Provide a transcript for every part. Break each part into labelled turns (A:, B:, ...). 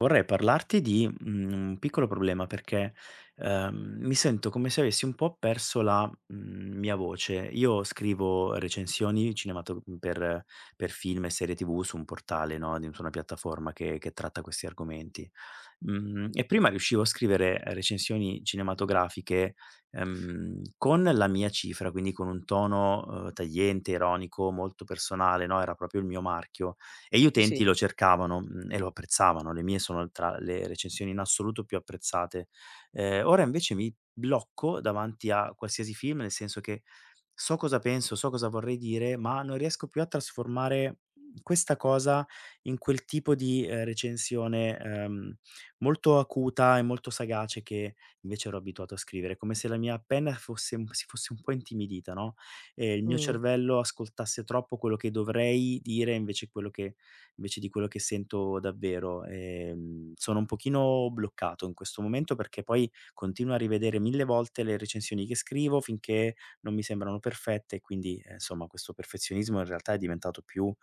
A: Vorrei parlarti di un piccolo problema perché mi sento come se avessi un po' perso la mia voce. Io scrivo recensioni cinemato mhmm, per film e serie TV su un portale, no, di su una piattaforma che tratta questi argomenti. E prima riuscivo a scrivere recensioni cinematografiche con la mia cifra, quindi con un tono tagliente, ironico, molto personale, no, era proprio il mio marchio e gli
B: Sì.
A: utenti lo cercavano e lo apprezzavano. Le mie sono tra le recensioni in assoluto più apprezzate. Ora invece mi blocco davanti a qualsiasi film, nel senso che so cosa penso, so cosa vorrei dire, ma non riesco più a trasformare questa cosa in quel tipo di recensione molto acuta e molto sagace che invece ero abituato a scrivere. Come se la mia penna fosse un si fosse un po' intimidita, no, e il mio
B: Mh,
A: cervello ascoltasse troppo quello che dovrei dire invece di quello che sento davvero. Sono un pochino bloccato in questo momento perché poi continuo a rivedere mille volte le recensioni che scrivo finché non mi sembrano perfette e quindi, insomma, questo perfezionismo in realtà è diventato più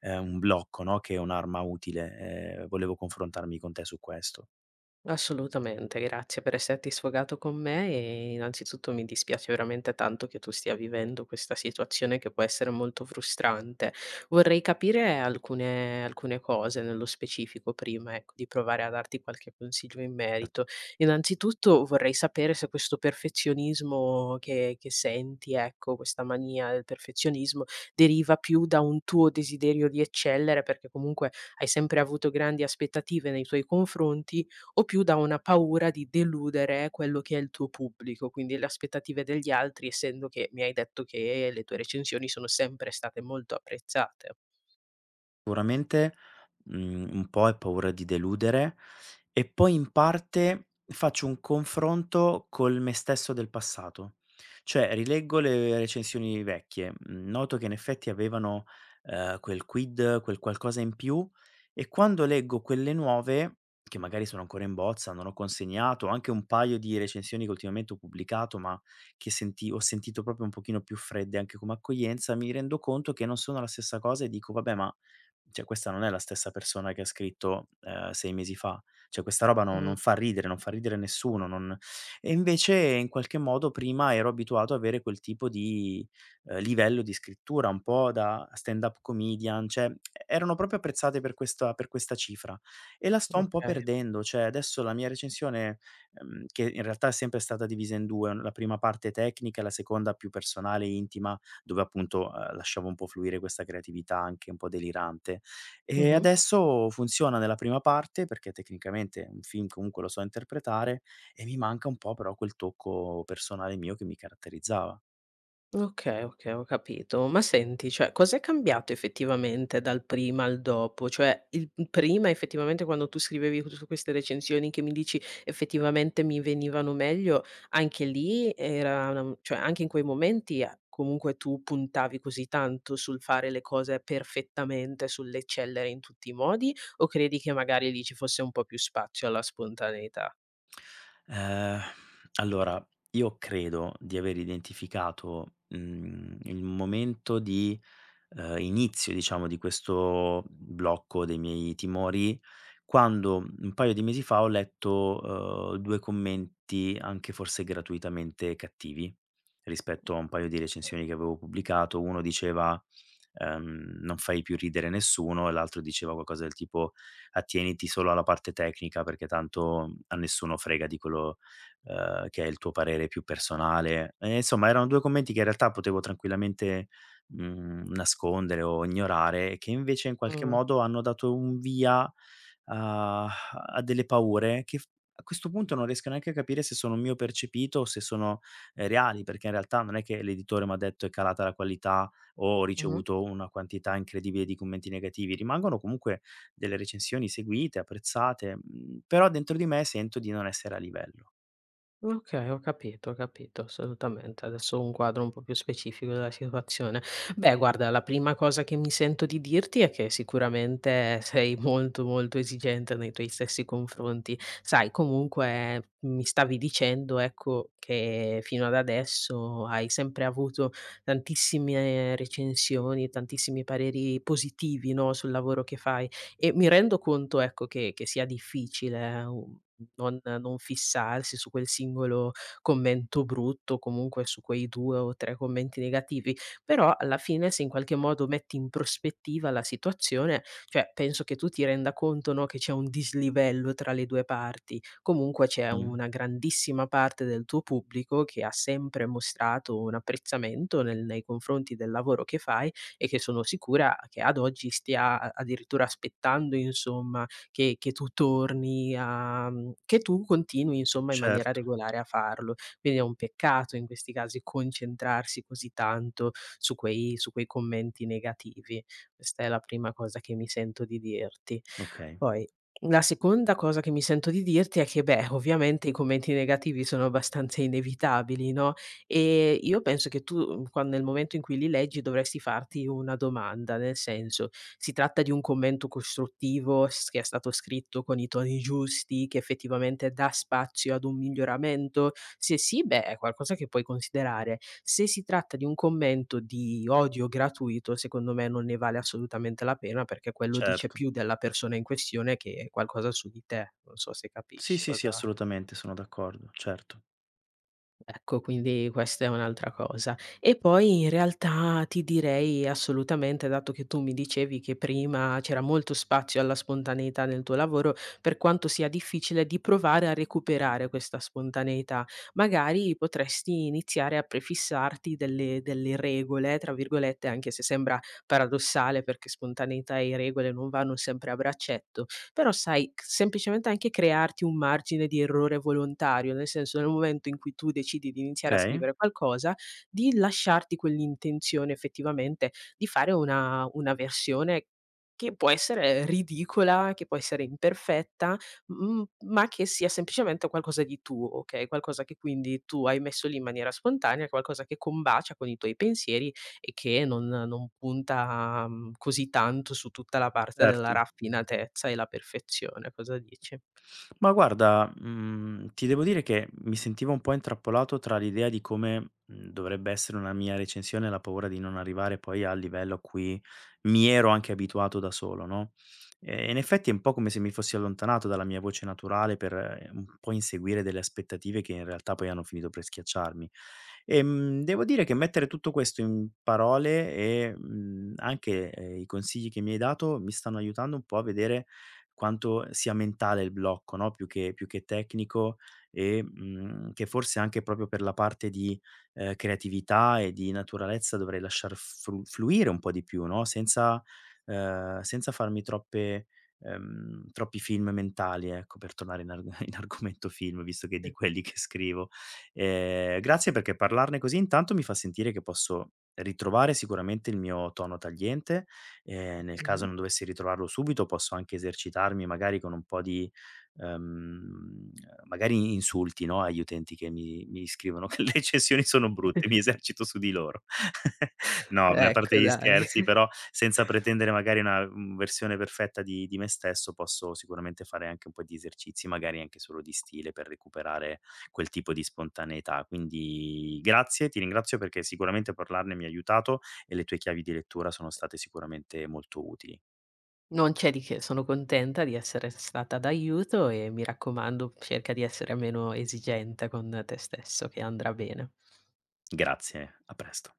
A: un blocco, no, che un'arma utile. Volevo confrontarmi con te su questo.
B: Assolutamente, grazie per esserti sfogato con me e innanzitutto mi dispiace veramente tanto che tu stia vivendo questa situazione che può essere molto frustrante. Vorrei capire alcune cose nello specifico prima, ecco, di provare a darti qualche consiglio in merito.
A: Certo.
B: Innanzitutto vorrei sapere se questo perfezionismo che senti, ecco, questa mania del perfezionismo deriva più da un tuo desiderio di eccellere, perché comunque hai sempre avuto grandi aspettative nei tuoi confronti o più da una paura di deludere quello che è il tuo pubblico, quindi le aspettative degli altri, essendo che mi hai detto che le tue recensioni sono sempre state molto apprezzate.
A: Sicuramente un po' è paura di deludere e poi in parte faccio un confronto col me stesso del passato. Cioè rileggo le recensioni vecchie noto che in effetti avevano quel quid, quel qualcosa in più e quando leggo quelle nuove, che magari sono ancora in bozza, non ho consegnato, ho anche un paio di recensioni che ultimamente ho pubblicato, ma che senti ho sentito proprio un pochino più fredde anche come accoglienza, mi rendo conto che non sono la stessa cosa e dico: "Vabbè, ma cioè questa non è la stessa persona che ha scritto 6 mesi fa. Cioè questa roba non
B: Mh,
A: non fa ridere, non fa ridere nessuno, non E invece in qualche modo prima ero abituato ad avere quel tipo di livello di scrittura, un po' da stand-up comedian, cioè erano proprio apprezzate per questa cifra e la sto un po'
B: okay.
A: perdendo. Cioè adesso la mia recensione che in realtà è sempre stata divisa in 2, la prima parte tecnica e la seconda più personale, intima, dove appunto lasciavo un po' fluire questa creatività anche un po' delirante. E
B: Mh-mh.
A: adesso funziona nella prima parte, perché tecnicamente un film comunque lo so interpretare, e mi manca un po' però quel tocco personale mio che mi caratterizzava.
B: Okay, okay, ho capito. Ma senti, cioè cos'è cambiato effettivamente dal prima al dopo? Cioè il p prima effettivamente quando tu scrivevi su queste recensioni che mi dici effettivamente mi venivano meglio, anche lì era una m cioè anche in quei momenti a comunque tu puntavi così tanto sul fare le cose perfettamente, sull'eccellere in tutti i modi, o credi che magari lì ci fosse un po' più spazio alla spontaneità?
A: Ehm, allora, io credo di aver identificato il momento di inizio diciamo di questo blocco dei miei timori, quando un paio di mesi fa ho letto 2 commenti anche forse gratuitamente cattivi, rispetto a un paio di recensioni che avevo pubblicato. Uno diceva: "Non fai più ridere nessuno" e l'altro diceva qualcosa del tipo: "Attieniti solo alla parte tecnica perché tanto a nessuno frega di quello che è il tuo parere più personale". E insomma erano 2 commenti che in realtà potevo tranquillamente nascondere o ignorare, che invece in qualche
B: Mh,
A: modo hanno dato un via a delle paure che f A questo punto non riesco neanche a capire se sono mio percepito o se sono reali, perché in realtà non è che l'editore m'ha detto: "È calata la qualità" o ho
B: mh-mh.
A: ricevuto una quantità incredibile di commenti negativi. Rimangono comunque delle recensioni seguite, apprezzate però dentro di me sento di non essere a livello.
B: Okay, ho capito, assolutamente. Adesso ho un quadro un po' più specifico della situazione. Beh, guarda, la prima cosa che mi sento di dirti è che sicuramente sei molto, molto esigente nei tuoi stessi confronti. Sai, comunque mi stavi dicendo, ecco, che fino ad adesso hai sempre avuto tantissime recensioni, tantissimi pareri positivi, no, sul lavoro che fai. E mi rendo conto, ecco, che sia difficile, non fissarsi su quel singolo commento brutto, comunque su quei due o tre commenti negativi, però alla fine se in qualche modo metti in prospettiva la situazione, cioè penso che tu ti renda conto, no, che c'è un dislivello tra le due parti. Comunque c'è
A: Mh,
B: una grandissima parte del tuo pubblico che ha sempre mostrato un apprezzamento nel nei confronti del lavoro che fai e che sono sicura che ad oggi stia a addirittura aspettando insomma che tu torni che tu continui insomma in maniera
A: certo,
B: regolare a farlo. Quindi è un peccato in questi casi concentrarsi così tanto su quei commenti negativi. Questa è la prima cosa che mi sento di dirti.
A: okay,
B: Poi, la seconda cosa che mi sento di dirti è che, beh, ovviamente i commenti negativi sono abbastanza inevitabili, no. Io penso che tu, mhmm, quan nel momento in cui li leggi dovresti farti una domanda, nel senso: si tratta di un commento costruttivo s che è stato scritto con i toni giusti, che effettivamente dà spazio ad un miglioramento? Se sì, beh, è qualcosa che puoi considerare. Se si tratta di un commento di odio gratuito, secondo me non ne vale assolutamente la pena, perché quello dice
A: certo.
B: più della persona in questione che qualcosa su di te. Non so se
A: Sì,
B: capisci
A: sì, sì,
B: cosa.
A: assolutamente, sono d'accordo, certo.
B: Ecco, quindi questa è un'altra cosa. E poi in realtà ti direi assolutamente, dato che tu mi dicevi che prima c'era molto spazio alla spontaneità nel tuo lavoro, per quanto sia difficile di provare a recuperare questa spontaneità, magari potresti iniziare a prefissarti delle regole, tra virgolette, anche se sembra paradossale perché spontaneità e regole non vanno sempre a braccetto, però sai, c semplicemente anche crearti un margine di errore volontario, nel senso nel momento in cui tu decidi di iniziare a
A: Okay,
B: scrivere qualcosa, di lasciarti quell'intenzione effettivamente di fare una versione che può essere ridicola, che può essere imperfetta, m m ma che sia semplicemente qualcosa di tuo, okay, qualcosa che quindi tu hai messo lì in maniera spontanea, qualcosa che combacia con i tuoi pensieri e che non punta, così tanto su tutta la parte della
A: certo.
B: raffinatezza e la perfezione. Cosa dici?
A: Ma guarda ti devo dire che mi sentivo un po' intrappolato tra l'idea di come dovrebbe essere una mia recensione e la paura di non arrivare poi al livello a cui mi ero anche abituato da solo, no, in effetti è un po' come se mi fossi allontanato dalla mia voce naturale per un po' inseguire delle aspettative che in realtà poi hanno finito per schiacciarmi. Devo dire che mettere tutto questo in parole e anche i consigli che mi hai dato mi stanno aiutando un po' a vedere quanto sia mentale il blocco, no, più che tecnico e che forse anche proprio per la parte di creatività e di naturalezza dovrei lasciar fru fluire un po' di più, no, senza farmi troppe troppi film mentali, ecco, per tornare in arg in argomento film, visto che è di quelli che scrivo. Grazie perché parlarne così intanto mi fa sentire che posso ritrovare sicuramente il mio tono tagliente. Nel caso
B: Mh-mh.
A: non dovessi ritrovarlo subito, posso anche esercitarmi magari con un po' di, ehm, magari insulti, no, agli utenti che mi scrivono che le recensioni sono brutte, mi esercito su di loro. No, beh, a parte
B: Ecco
A: gli
B: dai.
A: scherzi, però senza pretendere magari una versione perfetta di me stesso, posso sicuramente fare anche un po' di esercizi, magari anche solo di stile, per recuperare quel tipo di spontaneità. Quindi grazie, ti ringrazio perché sicuramente parlarne mi ha aiutato e le tue chiavi di lettura sono state sicuramente molto utili.
B: Non c'è di che, sono contenta di essere stata d'aiuto e mi raccomando cerca di essere meno esigente con te stesso che andrà bene.
A: Grazie, a presto.